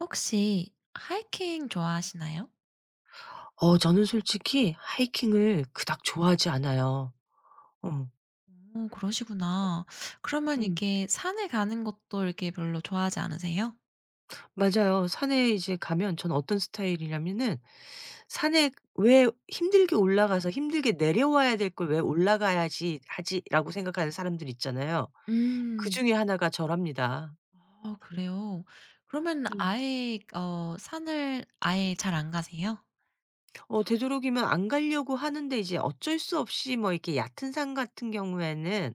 혹시 하이킹 좋아하시나요? 저는 솔직히 하이킹을 그닥 좋아하지 않아요. 어. 오, 그러시구나. 그러면 음. 이렇게 산에 가는 것도 이렇게 별로 좋아하지 않으세요? 맞아요. 산에 이제 가면 전 어떤 스타일이냐면은 산에 왜 힘들게 올라가서 힘들게 내려와야 될 걸 '왜 올라가야지 하지.'라고 생각하는 사람들 있잖아요. 음. 그중에 하나가 저랍니다. 아, 그래요? 그러면 음. 아예 산을 아예 잘 안 가세요? 되도록이면 안 가려고 하는데 이제 어쩔 수 없이 뭐 이렇게 얕은 산 같은 경우에는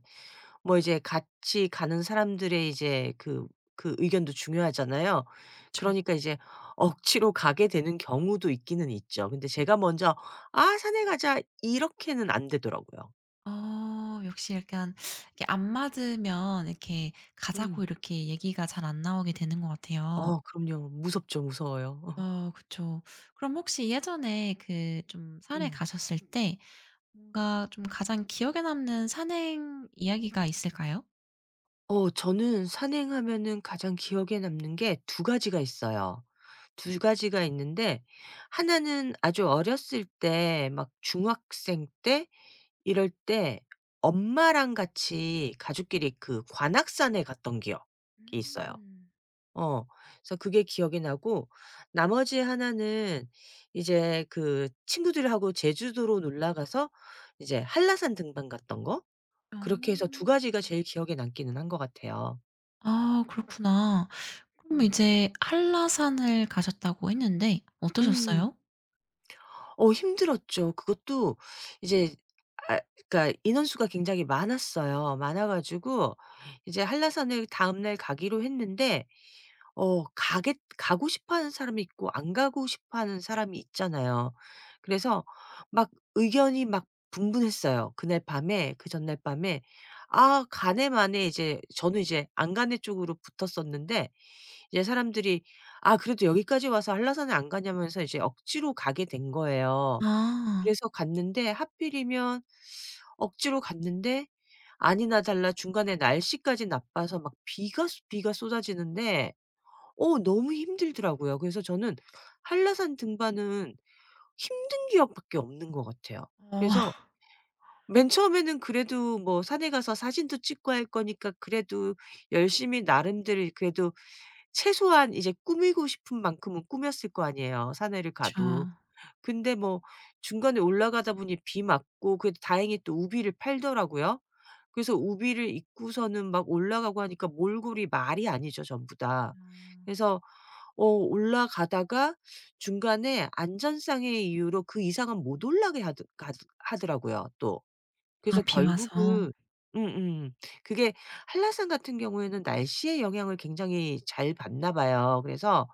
뭐 이제 같이 가는 사람들의 이제 그 의견도 중요하잖아요. 그쵸. 그러니까 이제 억지로 가게 되는 경우도 있기는 있죠. 근데 제가 먼저 "아 산에 가자." 이렇게는 안 되더라고요. 어, 역시 약간 이렇게 안 맞으면 이렇게 가자고 음. 이렇게 얘기가 잘 안 나오게 되는 것 같아요. 그럼요. 무섭죠. 무서워요. 어, 그쵸. 그럼 혹시 예전에 그 좀 산에 음. 가셨을 때 뭔가 좀 가장 기억에 남는 산행 이야기가 있을까요? 저는 산행하면은 가장 기억에 남는 게 두 가지가 있어요. 두 가지가 있는데 하나는 아주 어렸을 때 막 중학생 때 이럴 때 엄마랑 같이 가족끼리 그 관악산에 갔던 기억이 있어요. 음. 어. 그래서 그게 기억이 나고 나머지 하나는 이제 그 친구들하고 제주도로 놀러 가서 이제 한라산 등반 갔던 거? 그렇게 해서 두 어. 가지가 제일 기억에 남기는 한 것 같아요. 아, 그렇구나. 그럼 음. 이제 한라산을 가셨다고 했는데 음. 어떠셨어요? 힘들었죠. 그것도 이제 아 그러니까 인원수가 굉장히 많았어요. 많아 가지고 이제 한라산을 다음날 가기로 했는데 어 가겠 가고 싶어 하는 사람이 있고 안 가고 싶어 하는 사람이 있잖아요. 그래서 막 의견이 막 분분했어요. 그날 밤에 그 전날 밤에 아 간에 만에 이제 저는 이제 안 가네 쪽으로 붙었었는데 이제 사람들이 "아 그래도 여기까지 와서 한라산에 안 가냐."면서 이제 억지로 가게 된 거예요. 아. 그래서 갔는데 하필이면 억지로 갔는데 아니나 달라 중간에 날씨까지 나빠서 막 비가 쏟아지는데 너무 힘들더라고요. 그래서 저는 한라산 등반은 힘든 기억밖에 없는 것 같아요. 어. 그래서 맨 처음에는 그래도 뭐 산에 가서 사진도 찍고 할 거니까 그래도 열심히 나름대로 그래도 최소한 이제 꾸미고 싶은 만큼은 꾸몄을 거 아니에요, 산에를 그쵸. 가도. 근데 뭐 중간에 올라가다 보니 비 맞고 그래도 다행히 또 우비를 팔더라고요. 그래서 우비를 입고서는 막 올라가고 하니까 몰골이 말이 아니죠, 전부 다. 그래서 올라가다가 중간에 안전상의 이유로 그 이상은 못 올라게 하 가드 하더라고요 또. 아, 그래서 비 와서. 결국은 음음. 그게 한라산 같은 경우에는 날씨의 영향을 굉장히 잘 받나 봐요. 그래서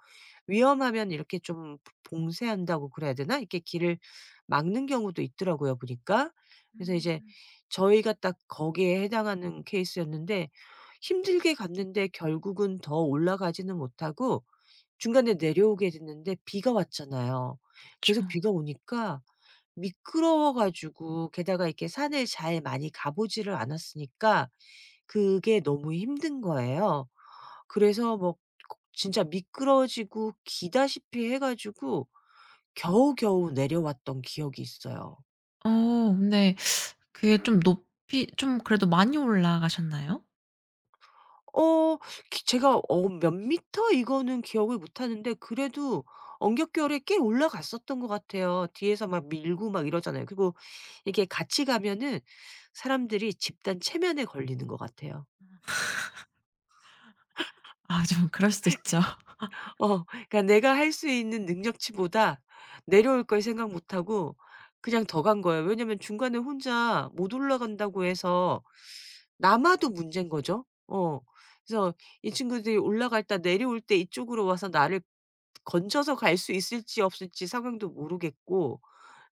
위험하면 이렇게 좀 봉쇄한다고 그래야 되나? 이렇게 길을 막는 경우도 있더라고요 보니까. 그래서 이제 음. 저희가 딱 거기에 해당하는 케이스였는데 힘들게 갔는데 결국은 더 올라가지는 못하고 중간에 내려오게 됐는데 비가 왔잖아요. 그쵸. 계속 비가 오니까 미끄러워 가지고 게다가 이렇게 산을 잘 많이 가 보지를 않았으니까 그게 너무 힘든 거예요. 그래서 뭐 진짜 미끄러지고 기다시피 해 가지고 겨우겨우 내려왔던 기억이 있어요. 어 근데 그게 좀 높이 좀 그래도 많이 올라가셨나요? 어 기 제가 몇 미터 이거는 기억을 못 하는데 그래도 언격결에 꽤 올라갔었던 것 같아요. 뒤에서 막 밀고 막 이러잖아요. 그리고 이게 같이 가면은 사람들이 집단 체면에 걸리는 것 같아요. 아, 좀 그럴 수도 있죠. 그러니까 내가 할 수 있는 능력치보다 내려올 걸 생각 못 하고 그냥 더 간 거예요. 왜냐면 중간에 혼자 못 올라간다고 해서 남아도 문제인 거죠. 어. 그래서 이 친구들이 올라갈 때 내려올 때 이쪽으로 와서 나를 건져서 갈 수 있을지 없을지 상황도 모르겠고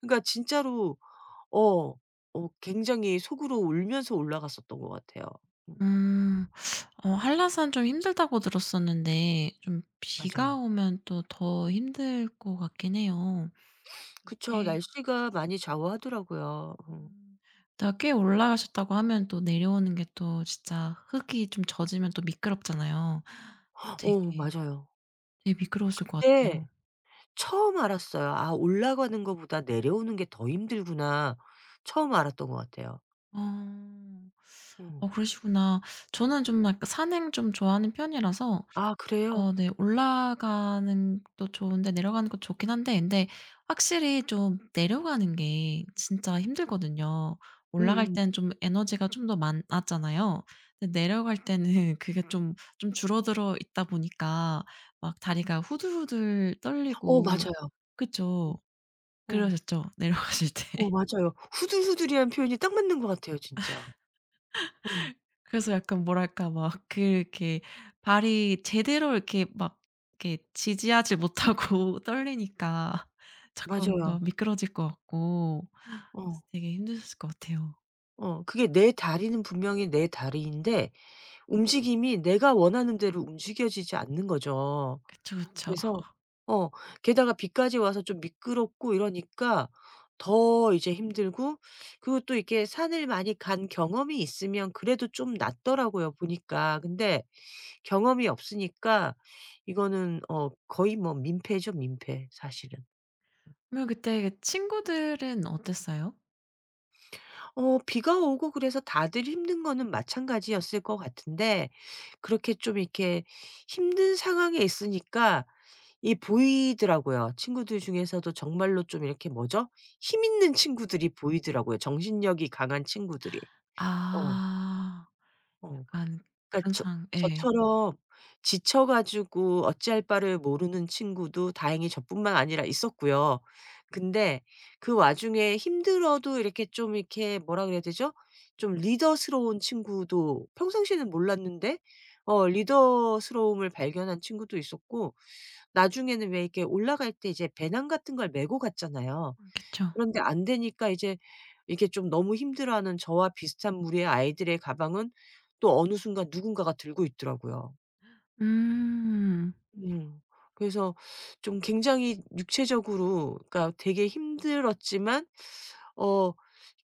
그러니까 진짜로 어 굉장히 속으로 울면서 올라갔었던 것 같아요. 음 음. 어, 한라산 좀 힘들다고 들었었는데 좀 비가 맞아요. 오면 또 더 힘들 것 같긴 해요. 그쵸. 꽤, 날씨가 많이 좌우하더라고요. 음, 일단 꽤 올라가셨다고 하면 또 내려오는 게 또 진짜 흙이 좀 젖으면 또 미끄럽잖아요. 어 되게, 맞아요. 되게 미끄러우실 것 그때 같아요. 처음 알았어요. '아 올라가는 거보다 내려오는 게 더 힘들구나.' 처음 알았던 것 같아요. 어. 음. 어, 그러시구나. 저는 좀 약간 산행 좀 좋아하는 편이라서 아 그래요? 어 네. 올라가는 것도 좋은데 내려가는 것도 좋긴 한데 근데 확실히 좀 내려가는 게 진짜 힘들거든요. 올라갈 음음. 때는 좀 에너지가 좀 더 많았잖아요. 근데 내려갈 때는 그게 좀 줄어들어 있다 보니까 막 다리가 후들후들 어 떨리고. 맞아요. 그쵸. 어. 그러셨죠? 내려가실 때. 어 맞아요. 후들후들이란 표현이 딱 맞는 것 같아요 진짜. 음. 그래서 약간 뭐랄까 막 그 이렇게 발이 제대로 이렇게 막 이렇게 지지하지 못하고 떨리니까 자꾸 맞아요. 뭔가 미끄러질 것 같고 어. 되게 힘드셨을 것 같아요. 어. 그게 내 다리는 분명히 내 다리인데 움직임이 내가 원하는 대로 움직여지지 않는 거죠. 그쵸, 그쵸. 그래서 어 게다가 비까지 와서 좀 미끄럽고 이러니까 더 이제 힘들고 그리고 또 이렇게 산을 많이 간 경험이 있으면 그래도 좀 낫더라고요 보니까. 근데 경험이 없으니까 이거는 거의 뭐 민폐죠 민폐 사실은. 그러면 그때 그 친구들은 어땠어요? 비가 오고 그래서 다들 힘든 거는 마찬가지였을 것 같은데 그렇게 좀 이렇게 힘든 상황에 있으니까 이 보이더라고요. 친구들 중에서도 정말로 좀 이렇게 뭐죠? 힘 있는 친구들이 보이더라고요, 정신력이 강한 친구들이. 어. 아. 어. 약간 그러니까 그런 저 상황, 예. 저처럼 지쳐 가지고 어찌할 바를 모르는 친구도 다행히 저뿐만 아니라 있었고요. 근데 그 와중에 힘들어도 이렇게 좀 이렇게 뭐라 그래야 되죠? 좀 리더스러운 친구도 평상시에는 몰랐는데 리더스러움을 발견한 친구도 있었고 나중에는 왜 이렇게 올라갈 때 이제 배낭 같은 걸 메고 갔잖아요. 그쵸. 그런데 안 되니까 이제 이게 좀 너무 힘들어하는 저와 비슷한 무리의 아이들의 가방은 또 어느 순간 누군가가 들고 있더라고요. 음. 음. 그래서 좀 굉장히 육체적으로 그러니까 되게 힘들었지만 어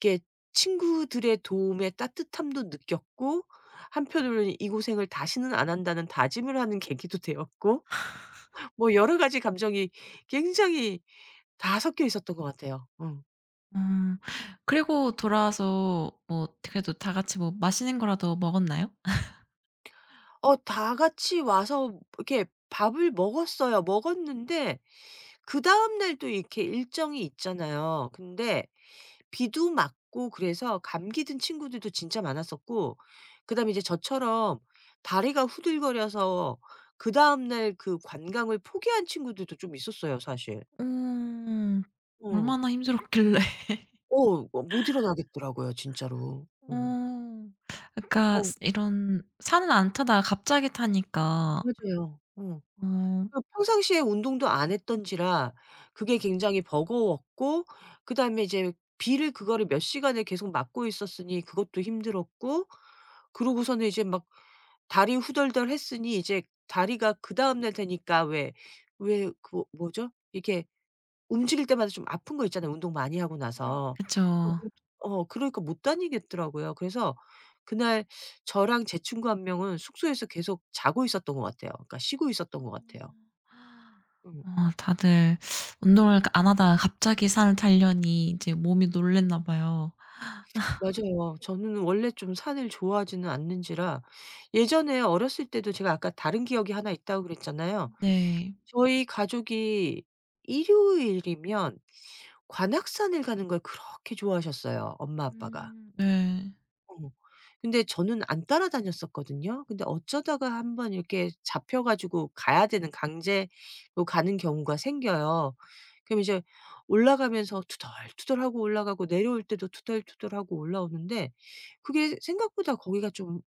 이렇게 친구들의 도움의 따뜻함도 느꼈고 한편으로는 이 고생을 다시는 안 한다는 다짐을 하는 계기도 되었고 뭐 여러 가지 감정이 굉장히 다 섞여 있었던 것 같아요. 음. 어. 그리고 돌아와서 뭐 그래도 다 같이 뭐 맛있는 거라도 먹었나요? 다 같이 와서 이렇게 밥을 먹었어요. 먹었는데 그다음 날도 이렇게 일정이 있잖아요. 근데 비도 맞고 그래서 감기 든 친구들도 진짜 많았었고 그다음에 이제 저처럼 다리가 후들거려서 그다음 날 그 관광을 포기한 친구들도 좀 있었어요 사실. 음, 응. 얼마나 힘들었길래. 어 못 일어나겠더라고요 진짜로. 응. 어. 그러니까 어 스 이런 산을 안 타다가 갑자기 타니까 맞아요. 응. 어 그 평상시에 운동도 안 했던지라 그게 굉장히 버거웠고 그다음에 이제 비를 그거를 몇 시간을 계속 맞고 있었으니 그것도 힘들었고 그러고서는 이제 막 다리 후덜덜했으니 이제 다리가 그다음 날 되니까 왜 그 뭐죠? 이렇게 움직일 때마다 좀 아픈 거 있잖아요, 운동 많이 하고 나서. 어 그쵸. 못 어 그러니까 못 다니겠더라고요. 그래서 그날 저랑 제 친구 한 명은 숙소에서 계속 자고 있었던 것 같아요. 그러니까 쉬고 있었던 것 같아요. 음. 어 다들 운동을 그러니까 안 하다가 갑자기 산을 타려니 이제 몸이 놀랐나 봐요. 맞아요. 저는 원래 좀 산을 좋아하지는 않는지라 예전에 어렸을 때도 제가 아까 다른 기억이 하나 있다고 그랬잖아요. 네. 저희 가족이 일요일이면 관악산을 가는 걸 그렇게 좋아하셨어요, 엄마 아빠가. 음. 네. 어. 근데 저는 안 따라다녔었거든요. 근데 어쩌다가 한번 이렇게 잡혀 가지고 가야 되는 강제로 가는 경우가 생겨요. 그럼 이제 올라가면서 투덜투덜하고 올라가고 내려올 때도 투덜투덜하고 올라오는데 그게 생각보다 거기가 좀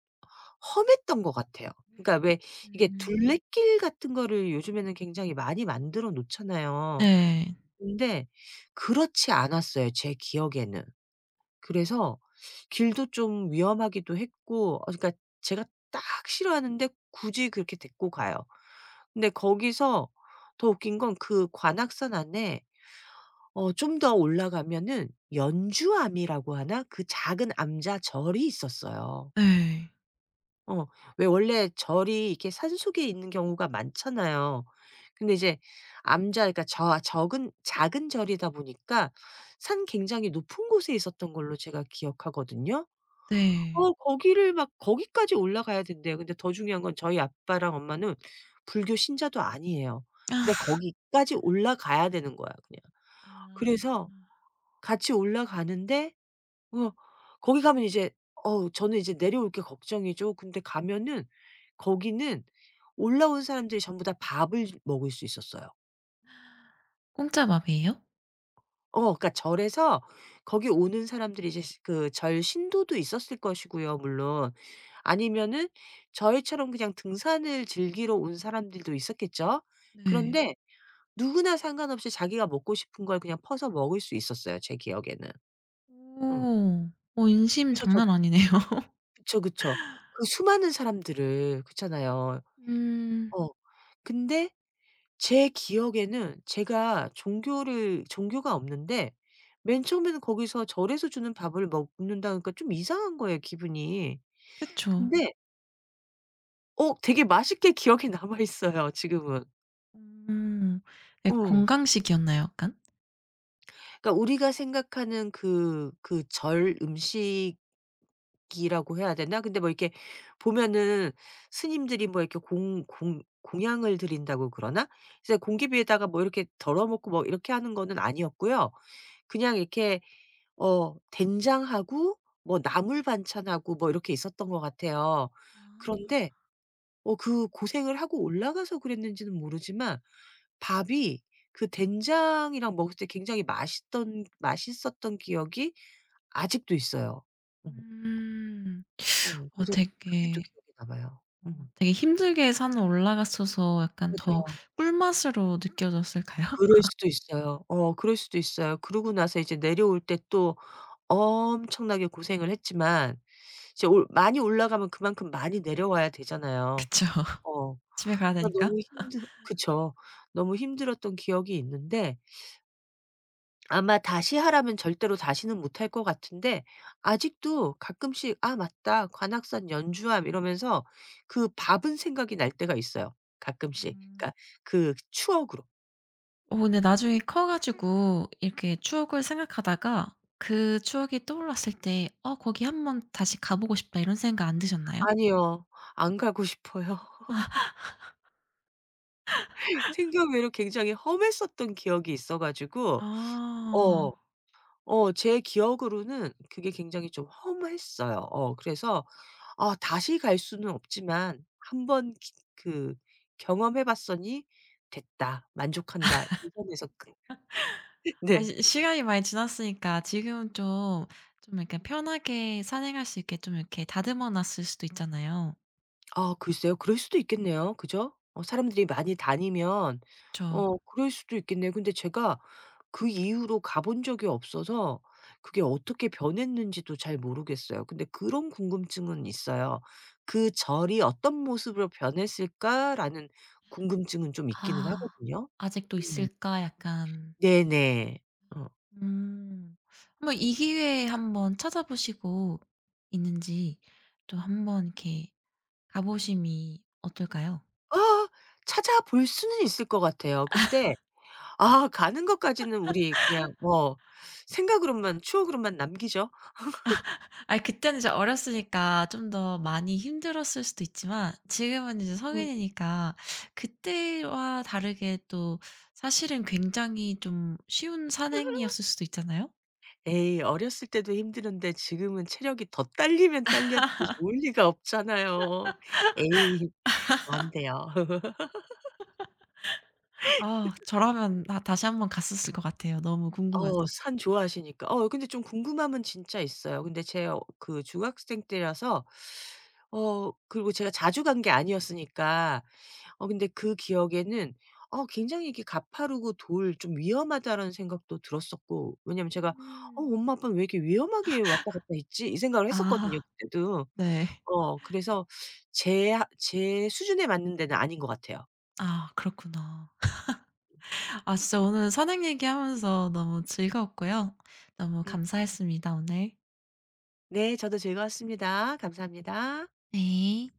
험했던 것 같아요. 그러니까 왜 이게 음. 둘레길 같은 거를 요즘에는 굉장히 많이 만들어 놓잖아요. 네. 근데 그렇지 않았어요, 제 기억에는. 그래서 길도 좀 위험하기도 했고 그러니까 제가 딱 싫어하는데 굳이 그렇게 데리고 가요. 근데 거기서 더 웃긴 건 그 관악산 안에 좀 더 올라가면은 연주암이라고 하나? 그 작은 암자 절이 있었어요. 네. 어 왜 원래 절이 이렇게 산속에 있는 경우가 많잖아요. 근데 이제 암자 그러니까 저 적은 작은 절이다 보니까 산 굉장히 높은 곳에 있었던 걸로 제가 기억하거든요. 네. 거기를 막 거기까지 올라가야 된대요. 근데 더 중요한 건 저희 아빠랑 엄마는 불교 신자도 아니에요. 근데 아. 거기까지 올라가야 되는 거야 그냥. 그래서 같이 올라가는데 어 거기 가면 이제 어우 저는 이제 내려올 게 걱정이죠. 근데 가면은 거기는 올라온 사람들이 전부 다 밥을 먹을 수 있었어요. 공짜밥이에요? 그러니까 절에서 거기 오는 사람들이 이제 그 절 신도도 있었을 것이고요 물론. 아니면은 저희처럼 그냥 등산을 즐기러 온 사람들도 있었겠죠. 네. 그런데 누구나 상관없이 자기가 먹고 싶은 걸 그냥 퍼서 먹을 수 있었어요 제 기억에는. 응. 오. 어, 인심 그래서 저 장난 아니네요. 그쵸, 그쵸. 그 수많은 사람들을 그렇잖아요. 음. 어. 근데 제 기억에는 제가 종교를 종교가 없는데 맨 처음에는 거기서 절에서 주는 밥을 먹는다니까 좀 이상한 거예요 기분이. 그쵸. 근데 되게 맛있게 기억에 남아 있어요 지금은. 음. 네, 어. 건강식이었나요 약간? 그러니까 우리가 생각하는 그 절 음식 이라고 해야 되나? 근데 뭐 이렇게 보면은 스님들이 뭐 이렇게 공 공 공양을 드린다고 그러나? 이제 공기 비에다가 뭐 이렇게 덜어 먹고 뭐 이렇게 하는 거는 아니었고요. 그냥 이렇게 된장하고 뭐 나물 반찬하고 뭐 이렇게 있었던 것 같아요. 네. 아. 그런데 그 고생을 하고 올라가서 그랬는지는 모르지만 밥이 그 된장이랑 먹을 때 굉장히 맛있던 맛있었던 기억이 아직도 있어요. 음. 음. 음. 어 그래서 그게 또 되게 기억에 남아요. 어, 음. 되게 힘들게 산을 올라갔어서 약간 더 맞아요. 꿀맛으로 느껴졌을까요? 그럴 수도 있어요. 어 그럴 수도 있어요. 그러고 나서 이제 내려올 때 또 엄청나게 고생을 했지만 이제 올 많이 올라가면 그만큼 많이 내려와야 되잖아요. 그쵸. 어. 집에 가야 그러니까 되니까. 너무 힘들 그쵸. 너무 힘들었던 기억이 있는데 아마 다시 하라면 절대로 다시는 못할 것 같은데 아직도 가끔씩 '아 맞다. 관악산 연주함.' 이러면서 그 밥은 생각이 날 때가 있어요 가끔씩. 그러니까 그 추억으로. 어 근데 나중에 커 가지고 이렇게 추억을 생각하다가 그 추억이 떠올랐을 때 '어 거기 한 번 다시 가 보고 싶다.' 이런 생각 안 드셨나요? 아니요. 안 가고 싶어요. 생각 외로 굉장히 험했었던 기억이 있어 가지고 아. 어. 제 기억으로는 그게 굉장히 좀 허무했어요. 그래서 아 다시 갈 수는 없지만 한번 기 그 경험해 봤으니 됐다. 만족한다.' 이 선에서 끝 아 네. 시 시간이 많이 지났으니까 지금 좀 이렇게 편하게 산행할 수 있게 좀 이렇게 다듬어 놨을 수도 있잖아요. 아 글쎄요. 그럴 수도 있겠네요. 그죠? 사람들이 많이 다니면 그쵸. 그럴 수도 있겠네요. 근데 제가 그 이후로 가본 적이 없어서 그게 어떻게 변했는지도 잘 모르겠어요. 근데 그런 궁금증은 있어요. '그 절이 어떤 모습으로 변했을까?'라는 궁금증은 좀 있기는 '아 하거든요. 아직도 음. 있을까?' 약간. 네네. 어. 음. 한번 이 기회에 한번 찾아보시고 있는지 또 한번 이렇게 가 보심이 어떨까요? 아 찾아볼 수는 있을 것 같아요. 근데 아 가는 것까지는 우리 그냥 뭐 생각으로만 추억으로만 남기죠. 아이, 그때는 이제 어렸으니까 좀 더 많이 힘들었을 수도 있지만 지금은 이제 음. 성인이니까 그때와 다르게 또 사실은 굉장히 좀 쉬운 산행이었을 수도 있잖아요. 에이 어렸을 때도 힘드는데 지금은 체력이 더 딸리면 딸렸지 좋을 리가 없잖아요. 에이 안 돼요. 아, 저라면 다 다시 한번 갔었을 것 같아요, 너무 궁금해서. 산 좋아하시니까. 근데 좀 궁금함은 진짜 있어요. 근데 제 어 그 중학생 때라서 그리고 제가 자주 간 게 아니었으니까 근데 그 기억에는 굉장히 이게 가파르고 돌 좀 위험하다라는 생각도 들었었고 왜냐면 제가 '어 음. 엄마 아빠는 왜 이렇게 위험하게 왔다 갔다 했지?' 이 생각을 했었거든요 아 그때도. 네. 그래서 제 수준에 맞는 데는 아닌 것 같아요. 아, 그렇구나. 아 진짜 오늘 산행 얘기하면서 너무 즐거웠고요. 너무 음. 감사했습니다, 오늘. 네 저도 즐거웠습니다. 감사합니다. 네.